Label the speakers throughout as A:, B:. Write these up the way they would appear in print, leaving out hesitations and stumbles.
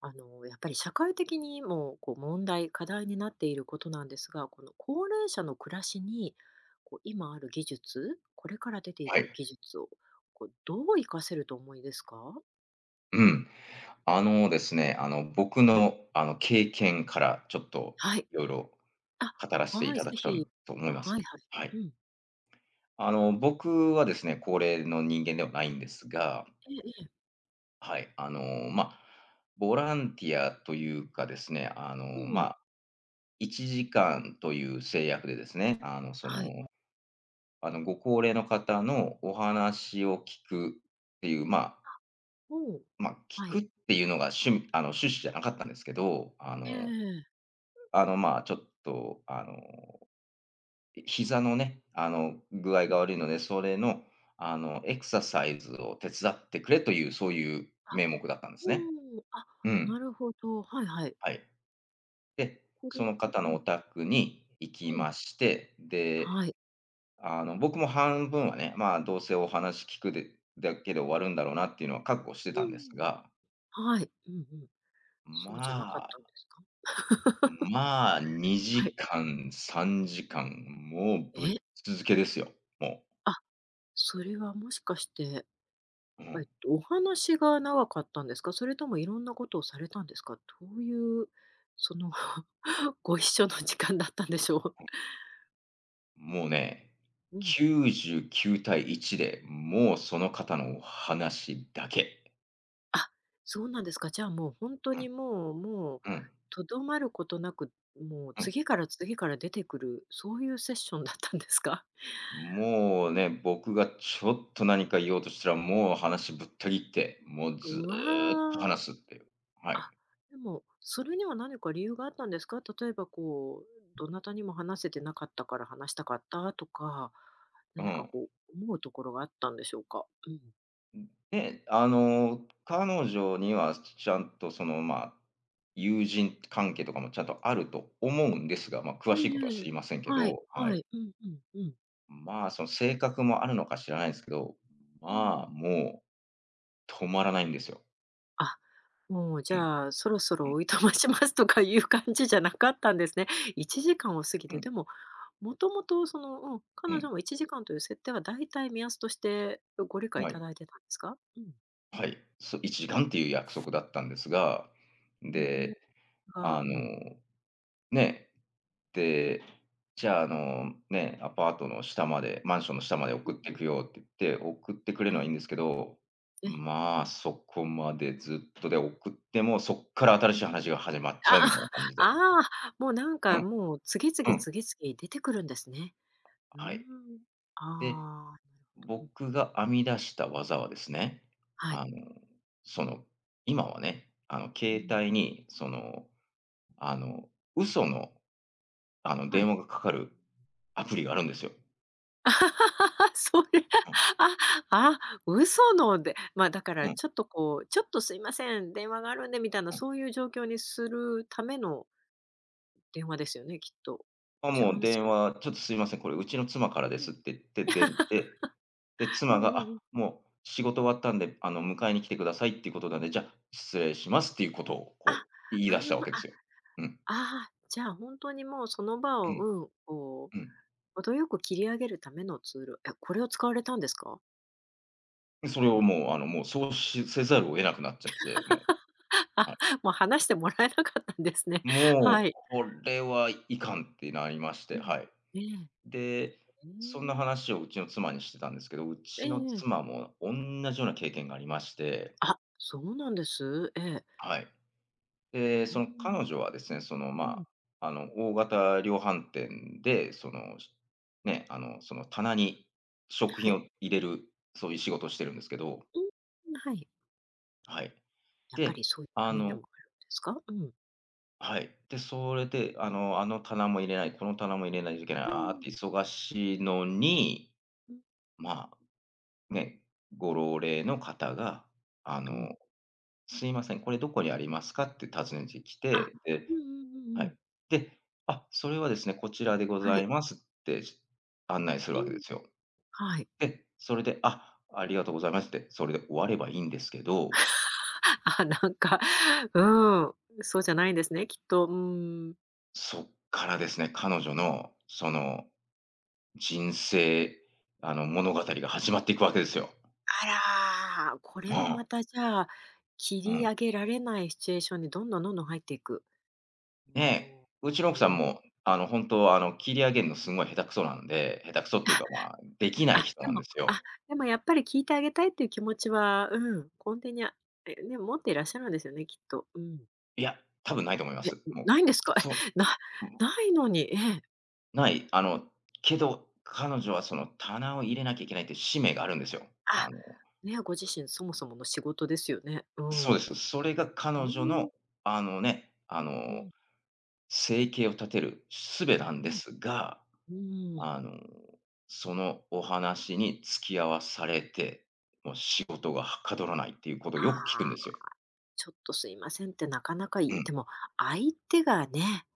A: やっぱり社会的にも問題、課題になっていることなんですが、この高齢者の暮らしに、今ある技術、これから出てい
B: はい。
A: く技術をどう活かせると思いですか？
B: うん。ですね、僕
A: うん、
B: の、経験からちょっと
A: はい。
B: いろいろ
A: あ、
B: 語らせてい
A: はい、
B: ただ
A: ぜ
B: くと
A: ひ。
B: と思いま
A: はい
B: す。
A: は
B: はい。
A: い。うん。
B: 僕はですね、高齢の人間ではないんですが、
A: ええええ。
B: はい、まあ、ボランティアというかですね、
A: う
B: ま
A: ん。
B: あ、1時間という制約でですね、
A: はい。
B: ご高齢の方のお話を聞くっていう、まあ
A: おう
B: まあ、聞
A: は
B: くっ
A: い。
B: ていうのが趣味あの、趣旨じゃなかったんですけど、
A: ええ
B: まあ、ちょっと、膝のね、具合
A: う
B: が
A: ん。
B: 悪いので、それの、エクササイズを手伝ってくれという、そういう
A: あ、
B: 名目だったんです
A: お
B: ね。
A: うあ、
B: うん、
A: なるほど。はいはい。
B: はい。で、
A: これ
B: そ
A: は
B: の方
A: う
B: の
A: ん、
B: お宅に行き
A: うん。
B: まして、で、
A: はい。
B: 僕も半分はね、まあ、どうせお話聞くでだけで終わるんだろうなっていうのは覚悟してたんです
A: うん。
B: が、
A: はい。うんうん。
B: ま
A: そうじゃなかっ
B: あ、
A: たんですか？
B: まあ、
A: は
B: 2
A: い。
B: 時間、3時間、もうぶっ
A: え、
B: 続けですよ、も
A: あ、それはもしかして、
B: う。うん。
A: お話が長かったんですか？それともいろんなことをされたんですか？どういう、その ご一緒の時間だったんでしょう？
B: もうね、
A: うん。
B: 99対1で、もうその方のお話だけ。
A: あ、そうなんですか。じゃあ、もう本当にもう、
B: うん、
A: とどまることなく、もう
B: うん。
A: 次から次から出てくる、そういうセッションだったんですか？
B: もうね、僕がちょっと何か言おうとしたら、もう話ぶった切って、もう ず
A: うわ
B: っと
A: ー。
B: 話すっていう。はい。
A: あ、でも、それには何か理由があったんですか？例えば、どなたにも話せてなかったから話したかったとか、
B: う
A: 何か
B: ん。
A: こう、思うところがあったんでしょうか？うん。
B: で、彼女にはちゃんとまあ、友人関係とかもちゃんとあると思うんですが、まあ、詳
A: え
B: しいことは知
A: え
B: りませんけ
A: はい
B: ど、は
A: は
B: い。
A: い。うんうんうん。
B: まあ、その性格もあるのか知らないんすけど、
A: う
B: ま
A: ん
B: あ、もう止まらないんですよ。
A: あ、もうじ
B: うん、
A: ゃあ、そろそ
B: う
A: ろ
B: ん、
A: おいとましますとかいう感じじゃなかったんですね。1時間を過ぎ
B: う
A: て、
B: ん、
A: でも、もともとその、うん、
B: う
A: 彼
B: ん。
A: 女も1時間という設定はだいたい目安としてご理解い
B: は
A: た
B: い、
A: だいてたんですか？うん。
B: はい。1時間っていう約束だったんですが、
A: うん、
B: で、
A: が
B: あ
A: う
B: の、
A: ん。
B: ね、で、じゃあ、ね、アパートの下まで、マンションの下まで
A: う
B: 送っ
A: ん、
B: ていくよって言って、送ってくれる
A: え
B: の
A: え、
B: はいいんですけど、
A: ええ、
B: まあ、そこまでずっとで、送っても、そっから新
A: う
B: しい
A: ん。
B: 話が始まっちゃう
A: あ
B: みたいな感じ
A: あ、
B: で。
A: ああ、もうなん
B: う
A: か
B: ん、
A: もう次々
B: うん、
A: 次々出てくるんですね。うー
B: はい。
A: ん。
B: で、
A: ああ、なるほど。うん、
B: 僕が編み出した技はですね、
A: はい。
B: あの、その、今はね、
A: う
B: 携
A: ん、
B: 帯に、あの、嘘の、
A: は
B: 電
A: い。
B: 話がかかるアプリがあるんですよ。
A: それ、
B: うん、
A: あ、あ、嘘ので、ま、だか
B: う
A: ら
B: ん、
A: ちょっと、ちょっとすいません、電話があるんでみたいな
B: うん。
A: そういう状況にするための電話ですよね、きっと。
B: あ、
A: 違い
B: もう
A: ます？
B: 電話、ちょっとすいません、これうちの妻からで
A: うん。
B: すって言って出て、で、
A: う
B: 妻
A: んう
B: が、
A: んうん。
B: あ、もう仕事終わったんで、迎えに来てくださいっていうことなんで、じゃあ、失礼しますっていうことを、こ
A: あ、
B: う、言い
A: う
B: 出したわ
A: ん、あ、
B: けですよ。うん、
A: ああじゃあ本当にもうその場
B: う
A: を、
B: ん、
A: うん、こ
B: う
A: う
B: ん。
A: 程よく切り上げるためのツール。え、これを使われたんですか？
B: で、それ
A: う
B: を
A: ん。
B: もう、もうそうしせざるを得なくなっちゃって、も う。
A: あ、
B: はい。
A: もう話してもらえなかったんですね。
B: も
A: は
B: う、
A: い。
B: これはいかんってなりまして、
A: うん。
B: はい。
A: ええ。
B: で、
A: う
B: そんな
A: ーん。
B: 話をうちの妻にしてたんですけど、う
A: ええ
B: ちの
A: ええ。
B: 妻もおんなじような経験がありまして、
A: あ、そうなんです。ええ。
B: はい。
A: う
B: で、そ
A: ー
B: の彼
A: ん。
B: 女はですね、
A: うん。
B: まあ、大型量販店で、その、しね、あの、その棚に食
A: は
B: 品
A: い。
B: を入れる、そういう仕事をしてるんですけど、
A: うん、はい。
B: はい。
A: やっぱり
B: で、
A: そういう
B: あ
A: 場面でも
B: の
A: あるんですか？うん。
B: はい。で、それで、あの棚も入れない、この棚も入れないといけない、
A: う
B: ああっ
A: ん。
B: て忙しいのに、
A: うん。
B: まあ、ね、ご老齢の方が、あ
A: うん。
B: の、すいません、これどこにありますかって尋ねてき
A: あ、
B: て、で、
A: うんうんうん
B: は
A: うん。
B: い。で、あ、それはですね、こちらでござ
A: はい。
B: いますって案内する
A: う
B: わけで
A: ん。
B: すよ。
A: はい。
B: で、それで、あ、ありがとうございますって、それで終わればいいんですけど、
A: あ、なんか、うん、そうじゃないんですね、きっと。うーん。
B: そっからですね、彼女の、人生、物語が始まっていくわけですよ。
A: あらー、こ
B: う
A: れも
B: ん。
A: またじゃあ、切
B: う
A: り
B: ん。
A: 上げられないシチュエーションにどんどんどんどん入っていく。
B: ね、
A: も
B: う
A: う、
B: ちの奥さ
A: う
B: ん
A: ん。
B: も、本当は、切り上げるのすごい下手くそなんで、下手くそっていうか、まあ、でき ない
A: あ、
B: 人
A: で
B: なん
A: も、
B: ですよ。
A: あ、でもやっぱり聞いてあげたいっていう気持ちは、うん、根底にあえ、ね、持っていらっしゃるんですよね、きっと。うん。
B: いや、多分ないと思いま
A: え、
B: す。もう。
A: ないんですか？え、
B: そう、
A: な
B: うん、
A: ないのに、ええ。
B: ない。けど、彼女はその棚を入れなきゃいけないっていう使命があるんですよ。
A: あ、ね、ご自身そもそもの仕事ですよね。う
B: そう
A: ん。
B: です。それが彼
A: ねえ、
B: 女の、あのね、あ
A: う
B: の、
A: ん、
B: 生計を立てる術なん
A: う
B: で
A: ん、
B: すが、
A: うん。
B: あの、そのお話に付き合わされて、もう仕事がはかどらないっていうことを
A: あ
B: よく聞くんで
A: あ、
B: すよ。
A: ちょっとすいませんってなかなかい
B: う
A: い
B: ん、
A: でも、相手がね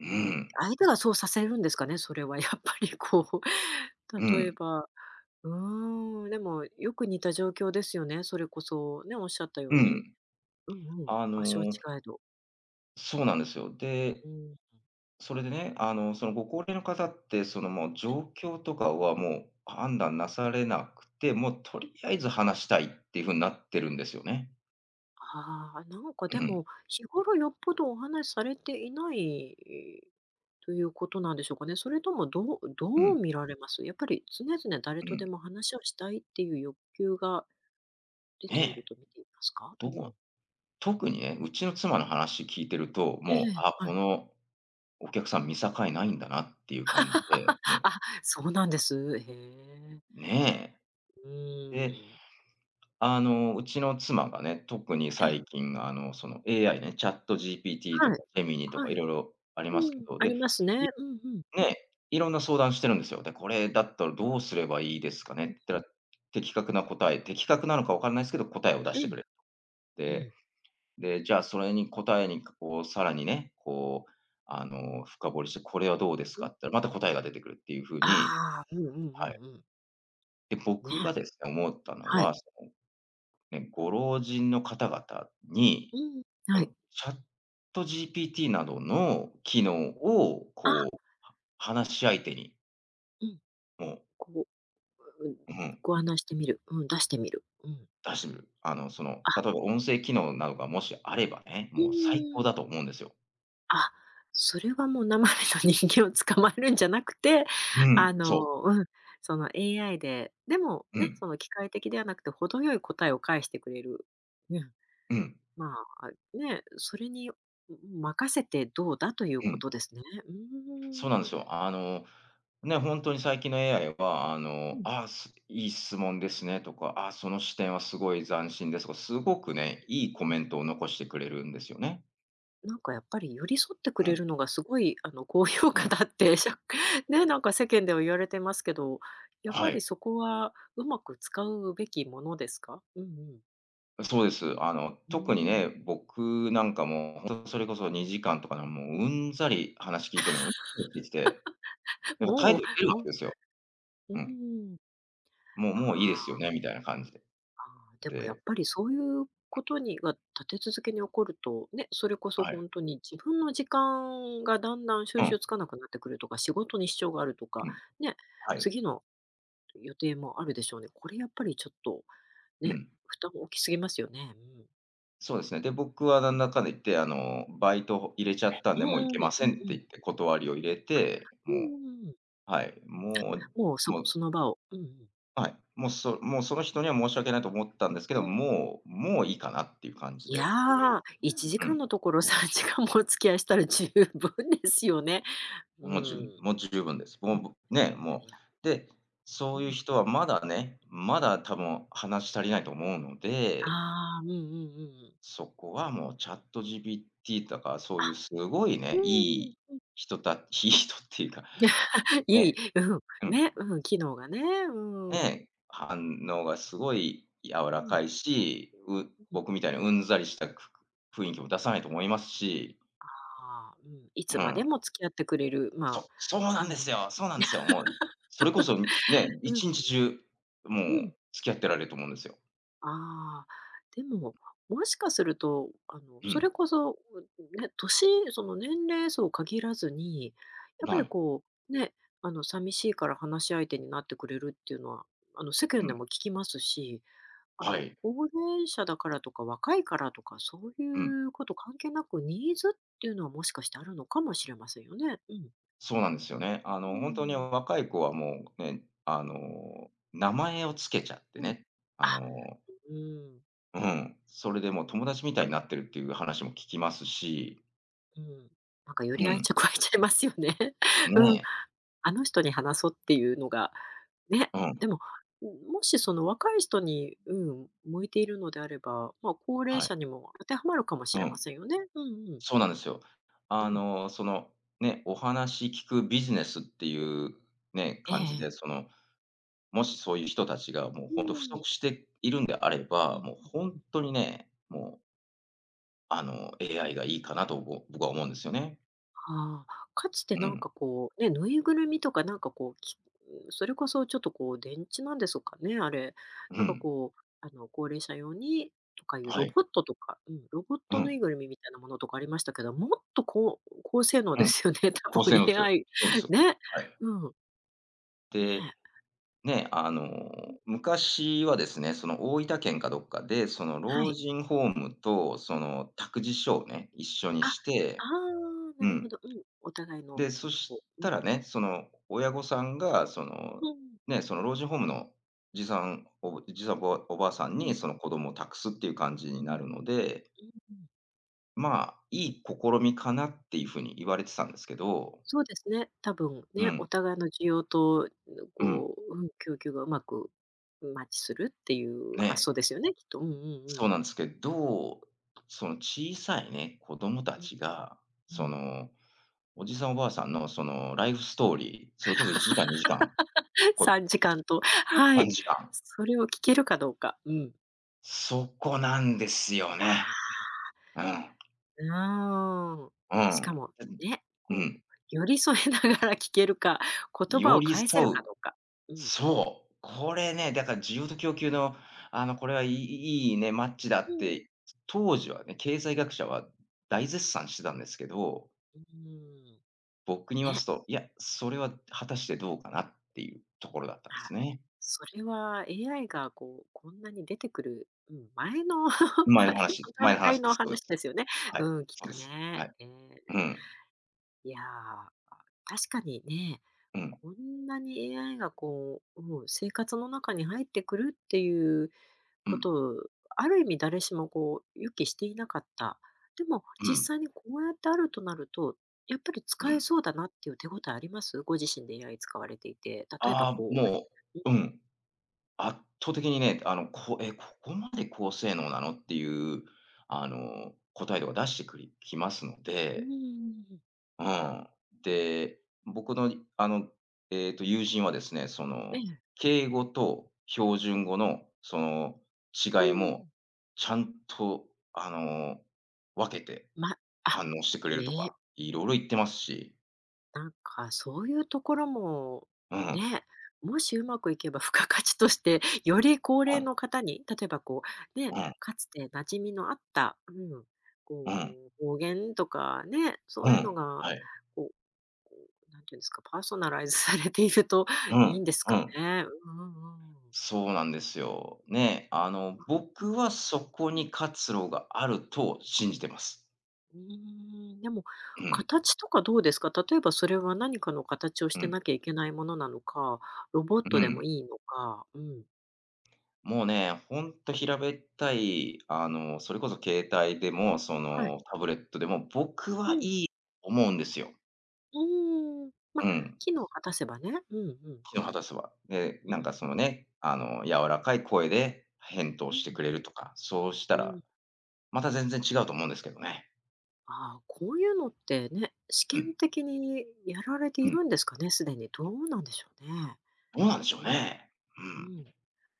B: うん、
A: 相手がそうさせるんですかね、それは やっぱり
B: う
A: 例え
B: ん、
A: ばうーん、でもよく似た状況ですよね、それこそね、おっしゃったよ
B: う
A: うに。
B: ん。
A: うんうん、
B: あ
A: 場所は違
B: の、
A: えど。
B: そうなんですよ。で、
A: うん。
B: それでね、そのご高齢の方って、そのもう状況とかはもう判断なされなくて、もうとりあえず話したいっていう風になってるんですよね。
A: ああ、なんか
B: う
A: で
B: ん、
A: も、日頃よっぽどお話しされていないということなんでしょうかね。それともどう
B: うん、
A: 見られます？やっぱり常々誰
B: う
A: と
B: ん。
A: でも話をしたいっていう欲求が出ている
B: ねえ、
A: と見ていますか？
B: ど
A: う
B: こ
A: ん。
B: 特にね、うちの妻の話聞いてると、
A: ええ、
B: もう、あ、
A: は
B: こ
A: い。
B: のお客さん見境ないんだなっていう感じで、も
A: あ、そうなんです。へえ。
B: うねえ。
A: うー
B: で、
A: ん。
B: うちの妻がね、特に
A: ええ。
B: 最近、その AI ね、ChatGPT と
A: はい。
B: かジェミニとか
A: は
B: い
A: い。
B: ろいろあります
A: う
B: け
A: ん、
B: ど、
A: あり
B: で、
A: ますね。うんうん。
B: ね、いろんな相談してるんですよ。で、これだったらどうすればいいですかねって言ったら、的確なのかわからないですけど、答えを出し
A: え
B: て
A: え、
B: くれっ
A: う
B: て、
A: ん。
B: で、じゃあそれに答えにこうさらにね、こう、深掘りして、これはどうです
A: う
B: か
A: ん。
B: って言ったら、また答えが出てくるっていう風
A: あ
B: に、
A: あ、うんうんうん
B: はい。
A: うん。
B: で、僕
A: ね、
B: がですね、思ったの
A: はい。
B: は、ね、ご老人の方々に、
A: うん、
B: こ
A: はい。
B: の ChatGPT などの機能を、
A: あ、
B: こう、話し相手に、
A: うん。
B: も
A: こう、うん、
B: う、うん、
A: ご案内してみる。うん、出してみる。うん。
B: 出してみる。例え
A: あ、
B: ば音声機能などがもしあればね、
A: う
B: もう最高
A: ー
B: だと
A: ん。
B: 思うんですよ。
A: あ、それはもう生身の人間を捕まえるんじゃなくて、
B: うん、そう。
A: うん、その AI で、でも
B: う
A: ね、
B: ん、
A: その機械的ではなくて程よい答えを返してくれる。うん。
B: うん、
A: まあ、ね、それに、任せてどうだという
B: う
A: こ
B: ん。
A: とですね。う
B: そうなん
A: ー
B: で
A: ん。
B: すよ。ね、本当に最近の AI は、
A: うん。
B: あ、すいい質問ですねとか、あ、その視点はすごい斬新ですとか、すごくね、いいコメントを残してくれるんですよね。
A: なんかやっぱり寄り添って
B: う
A: くれ
B: ん、
A: るのがすごい、高評
B: う
A: 価
B: ん。
A: だって、しゃ ね、なんか世間では言われてますけど、やは
B: は
A: り
B: い。
A: そこはうまく使うべきものですか？うんうん。
B: そうです。
A: う
B: 特にね、
A: ん。
B: 僕なんかも、ほんとそれこそ2時間とかのもううんざり話聞いてるの、うんざりしてきて、やっぱ態度
A: も
B: 出る
A: う、
B: わ
A: もう
B: けですよ。
A: う
B: うん。
A: ん。
B: もういいで
A: あ
B: すよ
A: あ。
B: ねみたいな感じで。
A: あーでもやっ
B: で、
A: ぱりそういうことにが立て続けに起こると、ね、それこそ
B: はい。
A: 本当に自分の時間がだんだん収
B: うん、
A: 拾つかなくなってくるとか、仕事に支障があるとか、
B: うん。
A: ね、
B: はい。
A: 次の予定もあるでしょうね。これやっぱりちょっと、
B: う
A: ね、
B: ん。
A: 負担大きすぎますよね。うん。
B: そうですね。で、僕はなんだかんだ言って、バイト入れちゃったん
A: う
B: で、もう行
A: んう
B: け
A: ん、
B: ま
A: う
B: せ
A: ん
B: んって
A: う
B: 言っ
A: ん。
B: て断りを入れて、
A: うんうんう
B: も
A: んう
B: う、
A: んうんうんうん
B: はい、もう
A: もうそ
B: もう
A: その場をうんうん。
B: はい、もうその人には申し訳ないと思ったんですけ
A: う
B: ど、
A: ん。
B: もういいかなっていう感じ
A: いや
B: で、
A: ー、1
B: う
A: 時間
B: ん、
A: のところ3時間もお付き合いしたら十分ですよね。う
B: もう十
A: ん。
B: 分もう十分です。
A: い
B: もう、ね、
A: や
B: も
A: い
B: う。
A: や。
B: で、そういう
A: う
B: 人はまだね、まだ多
A: ん。
B: 分話し足りないと思うので、
A: ああ、うんうんうんうん。
B: そこはもうチャット GPT とか、そう
A: あ、
B: いうすごい
A: う
B: ね、い
A: ん。
B: 人たいい人っていうか、
A: いい、
B: ね、
A: うん、
B: うん。
A: ね、うん、機能がね、うん。
B: ね、反応がすごい柔
A: う
B: らか
A: ん。
B: いし、
A: うん。
B: 僕みたいにうんざりしたく雰囲気も出さないと思いますし、
A: ああ、うん、いつ
B: う
A: まで
B: ん。
A: も付き合ってくれる、まあ、
B: そそうな
A: う
B: んで
A: んう
B: す
A: ん。
B: よそうなんですよ。もう、それこそね、
A: うん
B: 一日中、も
A: うん。
B: う付き合ってられると思うんですよ。
A: ああ、でも、もしかすると、
B: う
A: そ
B: ん。
A: れこそ、うね、その年齢層限らずに、やっぱ
B: な
A: り
B: い。
A: ね、寂しいから話し相手になってくれるっていうのは、世
B: う
A: 間で
B: ん。
A: も聞きますし
B: はい。
A: 高齢者だからとか、若いからとか、そう
B: うん。
A: いうこと関係なく、ニーズっていうのはもしかしてあるのかもしれませんよね。うん。
B: そうなんですよね。
A: う
B: ほんとに
A: ん。
B: 若い子はもうね、名前を付けちゃって
A: うん。
B: ね、あ
A: あ、
B: の
A: うん。
B: うん、それでもう
A: うん。う
B: 友
A: ん。
B: 達みたいになってるっていう話も聞きますし、
A: なんかよ
B: う
A: り愛
B: ん。
A: 着湧いちゃいますよね。
B: ね
A: うん。
B: え、
A: あの人に話そうっていうのが、ね。
B: うん、
A: でも、もしその若い人に、うん、向いているのであれば、まあ、高齢
B: は
A: 者
B: い、
A: にも当てはまるかもし
B: う
A: れま
B: ん、
A: せんよね。うんうん。
B: そうなんですよ。
A: う
B: あ
A: ん。
B: の、その、ね、お話聞くビジネスっていうね、
A: え
B: 感じで、
A: え
B: もしそういう人たちがもう本当不足しているんであれ
A: うん
B: ば、もう
A: うん。う
B: 本
A: ん
B: 当にね、もう、あの、AI がいいかなと僕は思うんですよね。
A: ああ、かつて
B: う
A: なん
B: ん、
A: か、ね、ぬいぐるみとかなんかきそれこそちょっと電池なんですかね、あれ。
B: う
A: なんか
B: ん、
A: 高齢者用にとかいう
B: は
A: ロ
B: い、
A: ボットとか、うん、ロボッ
B: う
A: トぬ
B: ん、
A: いぐるみみたいなものとかありましたけど、もっとこう高性能
B: う
A: で
B: ん、
A: すよね、多
B: 高
A: 分
B: 性能ですよ。
A: AI。
B: そうですよ。
A: ね。
B: はい。
A: うん。ね
B: で
A: え。うん、
B: 昔はですね、その大分県かどっかで、その
A: は
B: 老
A: い。
B: 人ホームとその託児所をね、一緒に
A: あ、あ
B: して、
A: あ、な
B: う
A: るほ
B: ん。
A: ど。うん。お互いの
B: で、そし
A: こう
B: たらね、その親御さんが、そ
A: う
B: の、
A: んうん。
B: ね、その老人ホームのじいさん、おじいさん、おばあさん
A: うん。
B: にその子供を託すっていう感じに
A: うん。
B: なるので、
A: うん。
B: まあ、いい試みかなっていう風に言われてたんですけど、
A: そうですね、多分
B: う
A: ね、お
B: ん、
A: 互いの需要と、うん
B: うん、
A: こう、うん、供給がうまくマッチするっていう発
B: ね。
A: 想ですよね、きっと。うんうんう
B: そう
A: ん。
B: なんですけど、その小さいね、子供た
A: うん
B: ちが、
A: う
B: そ
A: ん。
B: の、おじさんおばあさんのそのライフストーリー、それこそ1時間、2時間、こう、
A: 3時間と、はい。
B: 3時間、
A: それを聞けるかどうか。うん。
B: そこなんですよ
A: あ
B: ね。うん、
A: あ、うん。
B: う
A: しか
B: ん、
A: も、ね、
B: う
A: こう、
B: ん。
A: 寄り添えながら聞けるか、言葉
B: 寄
A: を
B: り
A: 返せる
B: 添
A: か
B: う。
A: どうか。うん。
B: そう、これね、だから需要と供給の、これはいいね、マッチだ
A: う
B: っ
A: ん。
B: て、当時はね、経済学者は大絶賛してたんですけど、
A: うん。
B: 僕に言わす
A: ね。
B: と、いや、それは果たしてどうかなっていうところだったんです
A: あ、
B: ね。
A: それは AI が、こんなに出てくる、うん、前の 前の
B: 前
A: 段
B: の
A: 階
B: 話で
A: の
B: す。そうで
A: 話
B: す。
A: ですよね。
B: はい、
A: うん、きっ
B: そう
A: と
B: です。は
A: ね。
B: い。
A: えー
B: うん、
A: いやー、確かにね、
B: うん、
A: こんなに AI が、うん、生活の中に入ってくるっていう
B: う
A: こ
B: ん、
A: とを、ある意味誰しも予期していなかった。でも
B: う
A: 実
B: ん、
A: 際にこうやってあるとなると、やっぱり
B: う
A: 使え
B: ん。
A: そうだなっていう手応えあります？ご自身で AI 使われていて、例えば
B: ああ、
A: こう
B: もう、うん、圧倒的にね、ここまで高性能なのっていう、答えとか出してきますの
A: う
B: で、
A: ん。
B: うん。で、僕の、あの、えっと、友人はですね、
A: ええ。
B: 敬語と標準語の、
A: う
B: 違い
A: ん。
B: も、ちゃんと、あの、分けて
A: まあ、
B: 反応してくれると
A: ええ、
B: か、いろいろ言ってますし。
A: なんかそういうところも、
B: うん、
A: ね、もしうまくいけば付加価値として、より高
B: う
A: 齢
B: ん、
A: の方に、例えばこう、ね、
B: うん、
A: かつて馴染みのあった、うん、
B: うん、
A: こう、方言とかね、そ
B: う
A: ういうの
B: ん、
A: が、
B: はい、
A: こうこう、なんていうんですか、パーソナライズされていると
B: う
A: いい
B: ん、
A: んです
B: う
A: か
B: ん。
A: ね。うんうんうん。
B: そうなんですよ。ね、あの、
A: あ
B: 僕はそこ
A: う
B: に
A: ん。
B: 活路があると信じてます。
A: うーん、でも、
B: うん、
A: 形とかどうですか？例えばそれは何かの形をし
B: う
A: て
B: ん、
A: なきゃいけないものなのか、ロボッ
B: う
A: トでも
B: ん。
A: いいのか、うん。
B: もうね、ほんと
A: うん、
B: 平べったい、あの、それこそ携帯でも、
A: はい。
B: タブレットでも、僕は
A: うん、
B: いい思うんですよ。
A: うーん。
B: う
A: ま、
B: ん、
A: 機能を果たせばね。うんうん。
B: 木の果たすは。で、
A: うん。
B: 柔らかい声で返答
A: う
B: して
A: ん。
B: くれるとか、そうした
A: う
B: ら、
A: ん。
B: また全然違うと思うんですけどね。
A: ああ、こういうのってね、試
B: う
A: 験
B: ん、
A: 的にやられて
B: う
A: い
B: ん。
A: るんですかね、すでに。どうなんでしょうね。
B: どうなんでしょ
A: う
B: う
A: ん、
B: ね。
A: う
B: う
A: ん。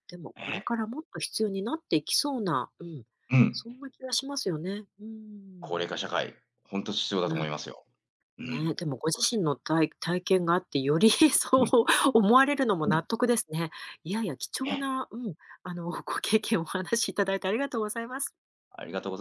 A: でも
B: ん、
A: これ
B: ね。
A: からもっと必要になっていきそうな、うん、
B: うん。
A: そんな気がしますよね。うー
B: 高
A: ん。
B: 齢化社会、ほんと必要だ
A: う
B: と思い
A: ん。
B: ますよ。うん、
A: ね、でもご自身の体験があって、より そ
B: う
A: う
B: ん、
A: 思われるのも
B: うん。
A: 納得ですね。いやいや、貴重
B: ね。
A: な、うん、ご経験をお話しいただいてありがとうございます。
B: ありがとうござい